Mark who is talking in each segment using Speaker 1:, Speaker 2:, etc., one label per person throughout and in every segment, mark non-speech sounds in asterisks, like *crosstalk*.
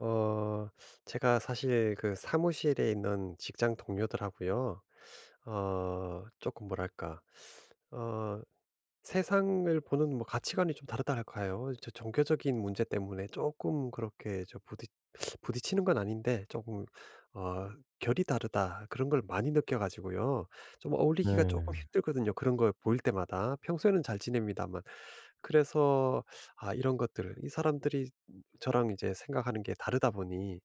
Speaker 1: 어 제가 사실 그 사무실에 있는 직장 동료들하고요. 조금 뭐랄까, 어 세상을 보는 뭐 가치관이 좀 다르달까요? 저 종교적인 문제 때문에 조금 그렇게 저 부딪 *sucks teeth* 부딪히는 건 아닌데, 조금 어 '결이 다르다.' 그런 걸 많이 느껴 가지고요. 좀 어울리기가 조금
Speaker 2: 네.
Speaker 1: 힘들거든요, 그런 걸 보일 때마다. 평소에는 잘 지냅니다만. 그래서, 아 이런 것들, 이 사람들이 저랑 이제 생각하는 게 다르다 보니,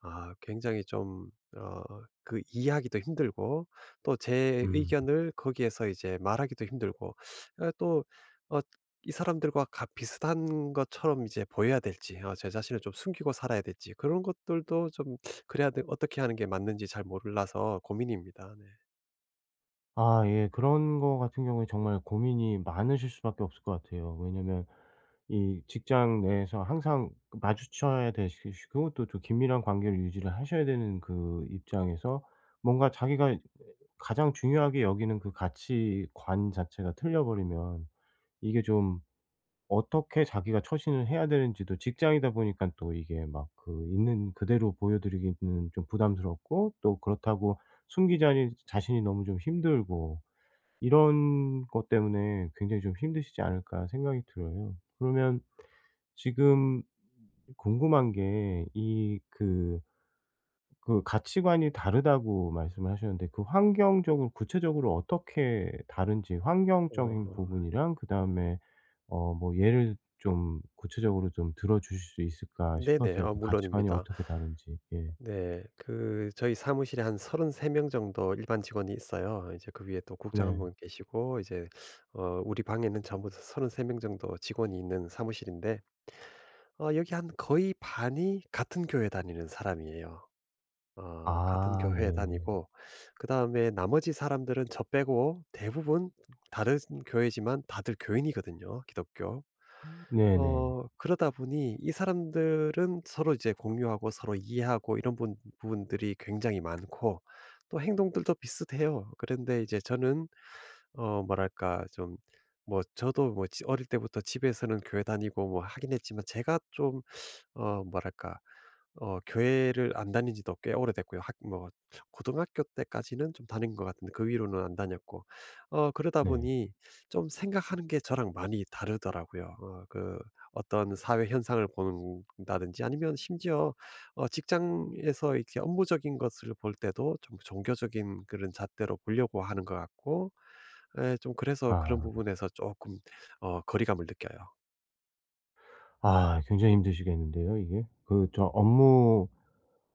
Speaker 1: 아 굉장히 좀, 어 그 이해하기도 힘들고, 또 제
Speaker 2: 음.
Speaker 1: 의견을 거기에서 이제 말하기도 힘들고, 아 또 어 이 사람들과 가 비슷한 것처럼 이제 보여야 될지, 제 자신을 좀 숨기고 살아야 될지, 그런 것들도 좀, 어떻게 하는 게 맞는지 잘 몰라서 고민입니다. 네.
Speaker 2: 아 예. 그런 거 같은 경우에 정말 고민이 많으실 수밖에 없을 것 같아요. 왜냐면 이 직장 내에서 항상 그 마주쳐야 되시 시고 또 좀 긴밀한 관계를 유지를 하셔야 되는 그 입장에서 뭔가 자기가 가장 중요하게 여기는 그 가치관 자체가 틀려 버리면 이게 좀 어떻게 자기가 처신을 해야 되는지도 직장이다 보니까 또 이게 막 그 있는 그대로 보여드리기는 좀 부담스럽고 또 그렇다고 숨기자니 자신이 너무 좀 힘들고 이런 것 때문에 굉장히 좀 힘드시지 않을까 생각이 들어요. 그러면 지금 궁금한 게이그 그 가치관이 다르다고 말씀을 하셨는데 그 환경적으로 구체적으로 어떻게 다른지 환경적인
Speaker 1: 어
Speaker 2: 부분이랑 그다음에 뭐 예를 좀 구체적으로 좀 들어 주실 수 있을까
Speaker 1: 네네.
Speaker 2: 싶어서요. 그 가치관이
Speaker 1: 물론입니다.
Speaker 2: 어떻게 다른지. 예.
Speaker 1: 네. 그 저희 사무실에 한 33명 정도 일반 직원이 있어요. 이제 그 위에 또 국장 한
Speaker 2: 네.
Speaker 1: 분 계시고 이제, 우리 방에는 전부 33명 정도 직원이 있는 사무실인데, 여기 한 거의 반이 같은 교회 다니는 사람이에요. 같은
Speaker 2: 아 네.
Speaker 1: 교회에 다니고, 그다음에 나머지 사람들은 저 빼고 대부분 다른 교회지만 다들 교인이거든요, 기독교.
Speaker 2: 네네.
Speaker 1: 그러다 보니 이 사람들은 서로 이제 공유하고 서로 이해하고 이런 분 부분들이 굉장히 많고, 또 행동들도 비슷해요. 그런데 이제 저는, 뭐랄까 좀, 뭐 저도 뭐 지 어릴 때부터 집에서는 교회 다니고 뭐 하긴 했지만, 제가 좀 뭐랄까, 교회를 안 다닌 지도 꽤 오래됐고요. 학 뭐 고등학교 때까지는 좀 다닌 것 같은데 그 위로는 안 다녔고, 그러다
Speaker 2: 네.
Speaker 1: 보니 좀 생각하는 게 저랑 많이 다르더라고요. 그 어떤 사회 현상을 본다든지, 아니면 심지어 직장에서 이렇게 업무적인 것을 볼 때도 좀 종교적인 그런 잣대로 보려고 하는 것 같고, 에 좀, 그래서 그런
Speaker 2: 아.
Speaker 1: 부분에서 조금 거리감을 느껴요.
Speaker 2: 아 굉장히 힘드시겠는데요 이게. 그 저 업무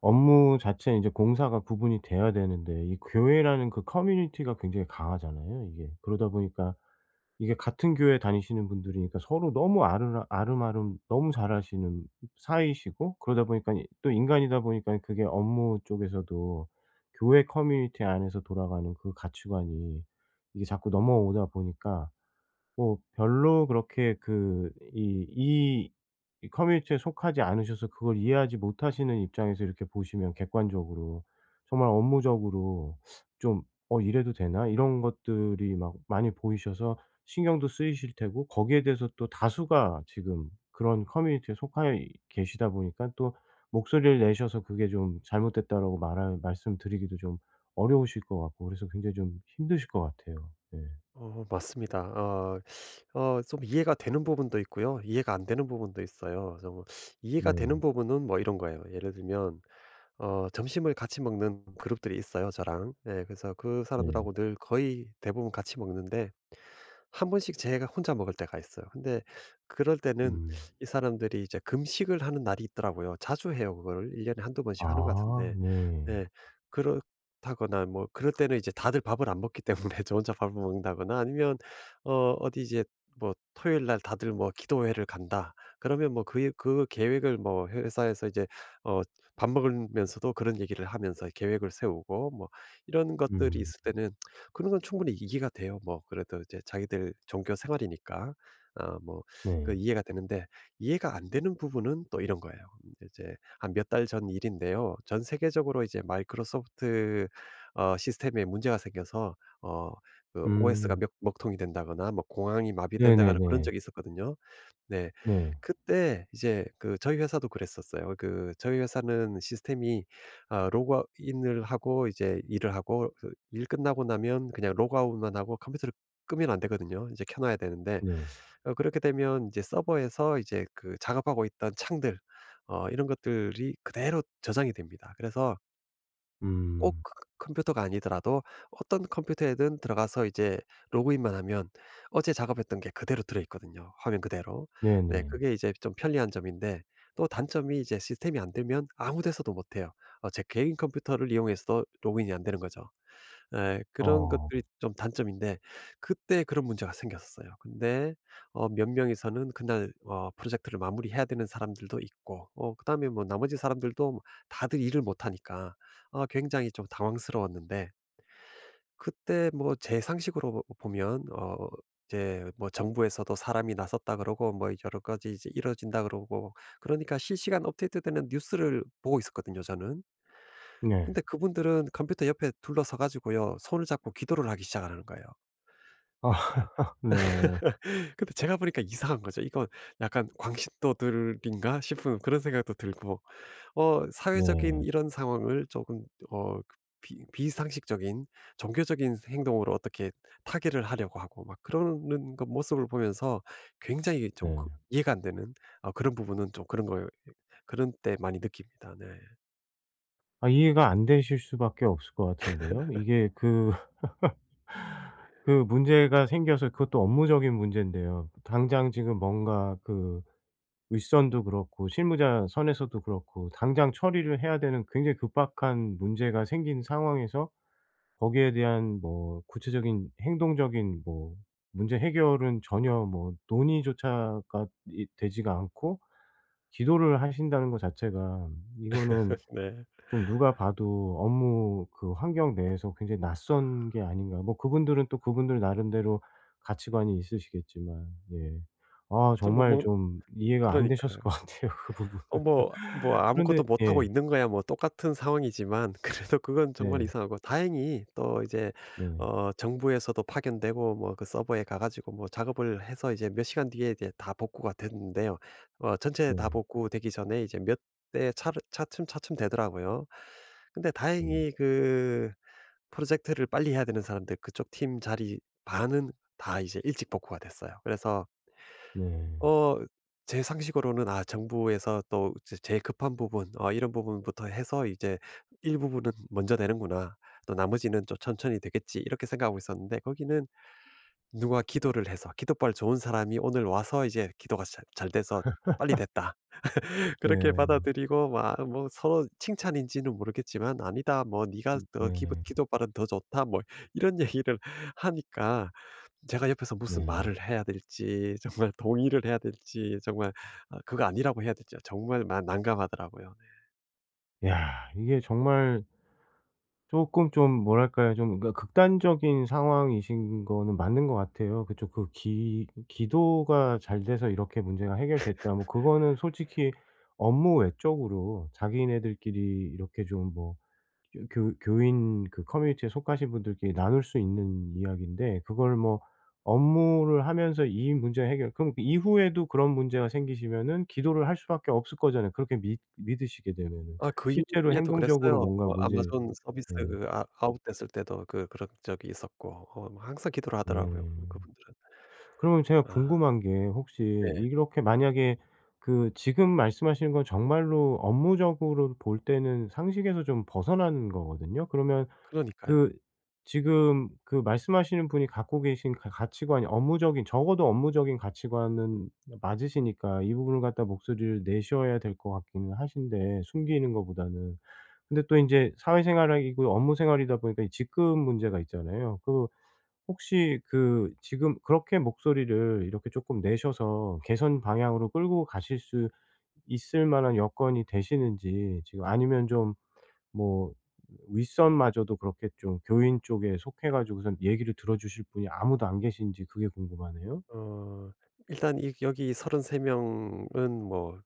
Speaker 2: 업무 자체는 이제 공사가 구분이 돼야 되는데 이 교회라는 그 커뮤니티가 굉장히 강하잖아요 이게. 그러다 보니까 이게 같은 교회 다니시는 분들이니까 서로 너무 아르라 아름아름 너무 잘 아시는 사이시고 그러다 보니까 이 또 인간이다 보니까 그게 업무 쪽에서도 교회 커뮤니티 안에서 돌아가는 그 가치관이 이게 자꾸 넘어오다 보니까 뭐 별로 그렇게 그 이 이 커뮤니티에 속하지 않으셔서 그걸 이해하지 못하시는 입장에서 이렇게 보시면 객관적으로 정말 업무적으로 좀 '어 이래도 되나?' 이런 것들이 막 많이 보이셔서 신경도 쓰이실 테고 거기에 대해서 또 다수가 지금 그런 커뮤니티에 속하여 이 계시다 보니까 또 목소리를 내셔서 "그게 좀 잘못됐다."라고 말할 말씀드리기도 좀 어려우실 것 같고 그래서 굉장히 좀 힘드실 것 같아요. 네.
Speaker 1: 맞습니다. 좀 이해가 되는 부분도 있고요. 이해가 안 되는 부분도 있어요. 좀, 이해가
Speaker 2: 네.
Speaker 1: 되는 부분은 뭐 이런 거예요. 예를 들면, 점심을 같이 먹는 그룹들이 있어요 저랑. 예, 그래서 그
Speaker 2: 네.
Speaker 1: 사람들하고 늘 거의 대부분 같이 먹는데, 한 번씩 제가 혼자 먹을 때가 있어요. 근데 그럴 때는
Speaker 2: 음.
Speaker 1: 이 사람들이 이제 금식을 하는 날이 있더라고요. 자주 해요 그거를. 1년에 한두 번씩 하는 것
Speaker 2: 아
Speaker 1: 같은데.
Speaker 2: 네.
Speaker 1: 네. 그렇다거나 뭐 그럴 때는 이제 다들 밥을 안 먹기 때문에 *laughs* 저 혼자 밥을 먹는다거나, 아니면 어디 이제 뭐 토요일 날 다들 뭐 기도회를 간다. 그러면 뭐 그 계획을 뭐 회사에서 이제 어 밥 먹으면서도 그런 얘기를 하면서 계획을 세우고 뭐, 이런 것들이
Speaker 2: 음.
Speaker 1: 있을 때는 그런 건 충분히 이해가 돼요. 뭐 그래도 이제 자기들 종교 생활이니까. 아 뭐,
Speaker 2: 네.
Speaker 1: 그 이해가 되는데, 이해가 안 되는 부분은 또 이런 거예요. 이제 한 몇 달 전 일인데요. 전 세계적으로 이제 마이크로소프트 시스템에 문제가 생겨서, 어 그 OS가
Speaker 2: 음.
Speaker 1: 몇 먹통이 된다거나 뭐 공항이 마비된다거나 그런
Speaker 2: 네네네.
Speaker 1: 적이 있었거든요. 네.
Speaker 2: 네.
Speaker 1: 그때 이제 그 저희 회사도 그랬었어요. 그 저희 회사는 시스템이, 아 로그아웃인을 하고 이제 일을 하고 그일 끝나고 나면 그냥 로그아웃만 하고 컴퓨터를 끄면 안 되거든요. 이제 켜 놔야 되는데,
Speaker 2: 네.
Speaker 1: 그렇게 되면 이제 서버에서 이제 그 작업하고 있던 창들, 이런 것들이 그대로 저장이 됩니다. 그래서 꼭
Speaker 2: 음.
Speaker 1: 그 컴퓨터가 아니더라도 어떤 컴퓨터에든 들어가서 이제 로그인만 하면 어제 작업했던 게 그대로 들어 있거든요, 화면 그대로. 네.
Speaker 2: 네네.
Speaker 1: 그게 이제 좀 편리한 점인데, 또 단점이 이제 시스템이 안 되면 아무 데서도 못 해요. 제 개인 컴퓨터를 이용해서도 로그인이 안 되는 거죠. 예. 그런
Speaker 2: 어
Speaker 1: 것들이 좀 단점인데, 그때 그런 문제가 생겼었어요. 근데 몇 명이서는 그날 프로젝트를 마무리해야 되는 사람들도 있고, 그다음에 뭐 나머지 사람들도 뭐 다들 일을 못 하니까 아 굉장히 좀 당황스러웠는데, 그때 뭐 제 상식으로 보 보면, 이제 뭐 정부에서도 "사람이 나섰다." 그러고, 뭐 여러 가지 이제 "이뤄진다." 그러고, 그러니까 실시간 업데이트되는 뉴스를 보고 있었거든요 저는.
Speaker 2: 네.
Speaker 1: 근데 그분들은 컴퓨터 옆에 둘러서 가지고요, 손을 잡고 기도를 하기 시작하는 거예요.
Speaker 2: 아
Speaker 1: 어.
Speaker 2: *laughs* 네.
Speaker 1: *laughs* 근데 제가 보니까 이상한 거죠. 이건 약간 광신도들인가 싶은 그런 생각도 들고, 사회적인
Speaker 2: 네.
Speaker 1: 이런 상황을 조금 그 비 비상식적인 종교적인 행동으로 어떻게 타개를 하려고 하고 막 그러는 그 모습을 보면서 굉장히 좀 그
Speaker 2: 네.
Speaker 1: 이해가 안 되는, 그런 부분은, 좀 그런 거에, 그런 때 많이 느낍니다. 네.
Speaker 2: 아 이해가 안 되실 수밖에 없을 것 같은데요. 이게 그 *laughs* 그 문제가 생겨서 그것도 업무적인 문제인데요. 당장 지금 뭔가 그 윗선도 그렇고 실무자 선에서도 그렇고 당장 처리를 해야 되는 굉장히 급박한 문제가 생긴 상황에서 거기에 대한 뭐 구체적인 행동적인 뭐 문제 해결은 전혀 뭐 논의조차가 이 되지가 않고 기도를 하신다는 것 자체가 이거는
Speaker 1: 네.
Speaker 2: 좀 누가 봐도 업무 그 환경 내에서 굉장히 낯선 게 아닌가. 뭐 그분들은 또 그분들 나름대로 가치관이 있으시겠지만 예. 아
Speaker 1: 좀 뭐
Speaker 2: 정말
Speaker 1: 뭐,
Speaker 2: 좀 이해가 안 되셨을
Speaker 1: 그러니까요.
Speaker 2: 것 같아요, *laughs* 그 부분은.
Speaker 1: 뭐 뭐
Speaker 2: *laughs* 그런데
Speaker 1: 아무것도 못 하고
Speaker 2: 예.
Speaker 1: 있는 거야 뭐 똑같은 상황이지만, *laughs* 그래도 그건 정말
Speaker 2: 네.
Speaker 1: 이상하고, 다행히 또 이제
Speaker 2: 네.
Speaker 1: 정부에서도 파견되고 뭐 그 서버에 가 가지고 뭐 작업을 해서 이제 몇 시간 뒤에 이제 다 복구가 됐는데요. 전체 다
Speaker 2: 네.
Speaker 1: 복구되기 전에 이제 몇 대 차 차츰차츰 되더라고요. 근데
Speaker 2: 네.
Speaker 1: 다행히 그 프로젝트를 빨리 해야 되는 사람들 그쪽 팀 자리 반은 다 이제 일찍 복구가 됐어요. 그래서
Speaker 2: 네.
Speaker 1: 어 제 상식으로는, 아 정부에서 또 제 제일 급한 부분 이런 부분부터 해서 이제 일부분은 먼저 되는구나, 또 나머지는 좀 천천히 되겠지, 이렇게 생각하고 있었는데, 거기는 누가 기도를 해서 기도발 좋은 사람이 오늘 와서 이제 기도가 잘 돼서 "빨리 됐다." *laughs* 그렇게
Speaker 2: 네.
Speaker 1: 받아들이고 막, 뭐 서로 칭찬인지는 모르겠지만, "아니다. 뭐 네가 더 기
Speaker 2: 네.
Speaker 1: 기도발은 더 좋다." 뭐 이런 얘기를 *laughs* 하니까, 제가 옆에서 무슨
Speaker 2: 네.
Speaker 1: 말을 해야 될지, *laughs* 정말 동의를 해야 될지, 정말 아 그거 아니라고 해야 될지, 정말 마 난감하더라고요. 네.
Speaker 2: 야 이게 정말 조금 좀 뭐랄까요? 좀 그러니까 극단적인 상황이신 거는 맞는 것 같아요. 그쪽 그 기 기도가 잘 돼서 이렇게 문제가 해결됐다 뭐 그거는 솔직히 업무 외적으로 자기네들끼리 이렇게 좀뭐 교 교인 그 커뮤니티에 속하신 분들끼리 나눌 수 있는 이야기인데 그걸 뭐 업무를 하면서 이 문제 해결 그럼 그 이후에도 그런 문제가 생기시면은 기도를 할 수밖에 없을 거잖아요, 그렇게 믿 믿으시게 되면은.
Speaker 1: 아 그
Speaker 2: 실제로
Speaker 1: 이후에도
Speaker 2: 행동적으로
Speaker 1: 그랬어요.
Speaker 2: 뭔가
Speaker 1: 뭐
Speaker 2: 문제
Speaker 1: 아마존 서비스
Speaker 2: 예.
Speaker 1: 그 아웃됐을 때도 그런 적이 있었고, 뭐 항상 기도를
Speaker 2: 네.
Speaker 1: 하더라고요 그
Speaker 2: 네.
Speaker 1: 그분들은.
Speaker 2: 그러면 제가
Speaker 1: 아
Speaker 2: 궁금한 게 혹시
Speaker 1: 네.
Speaker 2: 이렇게 만약에 그 지금 말씀하시는 건 정말로 업무적으로 볼 때는 상식에서 좀 벗어난 거거든요. 그러면
Speaker 1: 그러니까요.
Speaker 2: 그 지금 그 말씀하시는 분이 갖고 계신 가 가치관이 업무적인 적어도 업무적인 가치관은 맞으시니까 이 부분을 갖다 목소리를 내셔야 될 것 같기는 하신데 숨기는 것보다는. 근데 또 이제 사회생활이고 업무 생활이다 보니까 이 직급 문제가 있잖아요. 그 혹시 그 지금 그렇게 목소리를 이렇게 조금 내셔서 개선 방향으로 끌고 가실 수 있을 만한 여건이 되시는지 지금 아니면 좀 뭐 윗선마저도 그렇게 좀 교인 쪽에 속해 가지고선 얘기를 들어 주실 분이 아무도 안 계신지 그게 궁금하네요.
Speaker 1: 어 일단 이 여기 33명은 뭐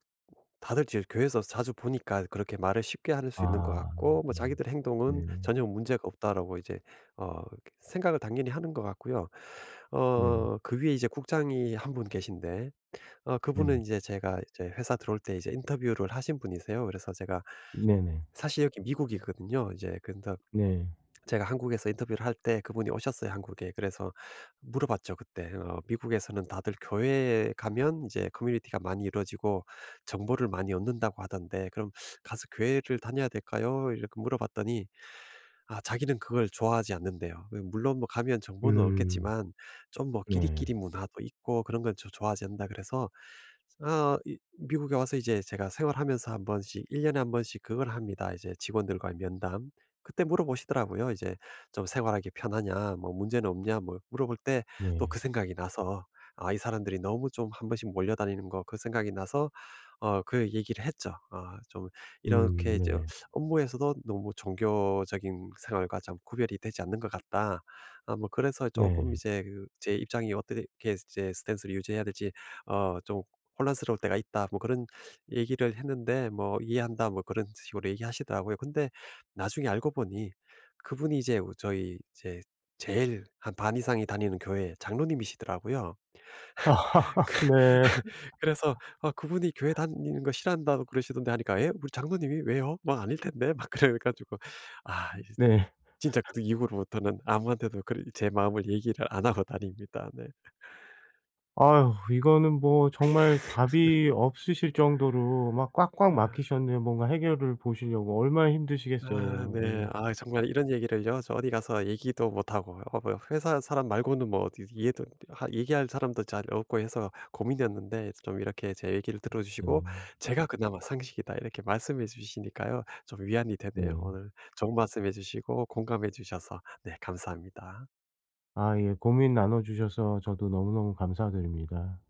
Speaker 1: 다들 이제 교회에서 자주 보니까 그렇게 말을 쉽게 할 수 있는 것
Speaker 2: 아
Speaker 1: 같고, 뭐 자기들
Speaker 2: 네.
Speaker 1: 행동은
Speaker 2: 네.
Speaker 1: 전혀 문제가 없다라고 이제 어 생각을 당연히 하는 것 같고요.
Speaker 2: 네.
Speaker 1: 그 위에 이제 국장이 한 분 계신데,
Speaker 2: 네.
Speaker 1: 그분은 이제 제가 이제 회사 들어올 때 이제 인터뷰를 하신 분이세요. 그래서 제가
Speaker 2: 네. 네.
Speaker 1: 사실 여기 미국이거든요. 이제 근데
Speaker 2: 네,
Speaker 1: 제가 한국에서 인터뷰를 할 때 그분이 오셨어요, 한국에. 그래서 물어봤죠, 그때. 미국에서는 다들 교회에 가면 이제 커뮤니티가 많이 이루어지고 정보를 많이 얻는다고 하던데, 그럼 가서 교회를 다녀야 될까요? 이렇게 물어봤더니, 아, 자기는 그걸 좋아하지 않는데요. 그 물론 뭐 가면 정보는
Speaker 2: 음.
Speaker 1: 얻겠지만, 좀 뭐
Speaker 2: 네.
Speaker 1: 끼리끼리 문화도 있고 그런 건 좋아하지 않는다, 그래서, 아 이 미국에 와서 이제 제가 생활하면서, 한 번씩 1년에 한 번씩 그걸 합니다, 이제 직원들과의 면담. 그때 물어보시더라고요, 이제. "좀 생활하기 편하냐?" 뭐 "문제는 없냐?" 뭐 물어볼 때 또
Speaker 2: 네.
Speaker 1: 그 생각이 나서, '아 이 사람들이 너무 좀 한 번씩 몰려다니는 거.' 그 생각이 나서, 그 얘기를 했죠. 아 좀 이렇게 이제
Speaker 2: 네.
Speaker 1: "업무에서도 너무 종교적인 생활과 좀 구별이 되지 않는 것 같다. 아 뭐, 그래서 조금
Speaker 2: 네.
Speaker 1: 이제 그 제 입장이 어떻게 이제 스탠스를 유지해야 될지 어좀 혼란스러울 때가 있다." 뭐 그런 얘기를 했는데, 뭐 "이해한다." 뭐 그런 식으로 얘기하시더라고요. 근데 나중에 알고 보니, 그분이 이제 우 저희 이제 제일 한 반 이상이 다니는 교회 장로님이시더라고요.
Speaker 2: *laughs* 네.
Speaker 1: 그래서 "아 그분이 교회 다니는 거 싫어한다고 그러시던데." 하니까, "에? 우리 장로님이 왜요? 막 아닐 텐데." *laughs* 막 그래 가지고, 아 이
Speaker 2: 네.
Speaker 1: 진짜 그 이후로부터는 아무한테도 그런 제 마음을 얘기를 안 하고 다닙니다. 네.
Speaker 2: 아유 이거는 뭐 정말 답이 없으실 정도로 막 꽉꽉 막히셨네요. 뭔가 해결을 보시려고 얼마나
Speaker 1: 아
Speaker 2: 힘드시겠어요. 예.
Speaker 1: 네. 아 정말 이런 얘기를요, 저 어디 가서 얘기도 못하고, 뭐 회사 사람 말고는 뭐 어디 이해도 하 얘기할 사람도 잘 없고 해서 고민이었는데, 좀 이렇게 제 얘기를 들어
Speaker 2: 네.
Speaker 1: 주시고 제가 그나마 상식이다 이렇게 말씀해 주시니까요, 좀 위안이 되네요.
Speaker 2: 네.
Speaker 1: 오늘 좋은 말씀해 주시고 공감해 주셔서, 네 감사합니다.
Speaker 2: 아 예. 고민 나눠 주셔서 저도 너무너무 감사드립니다.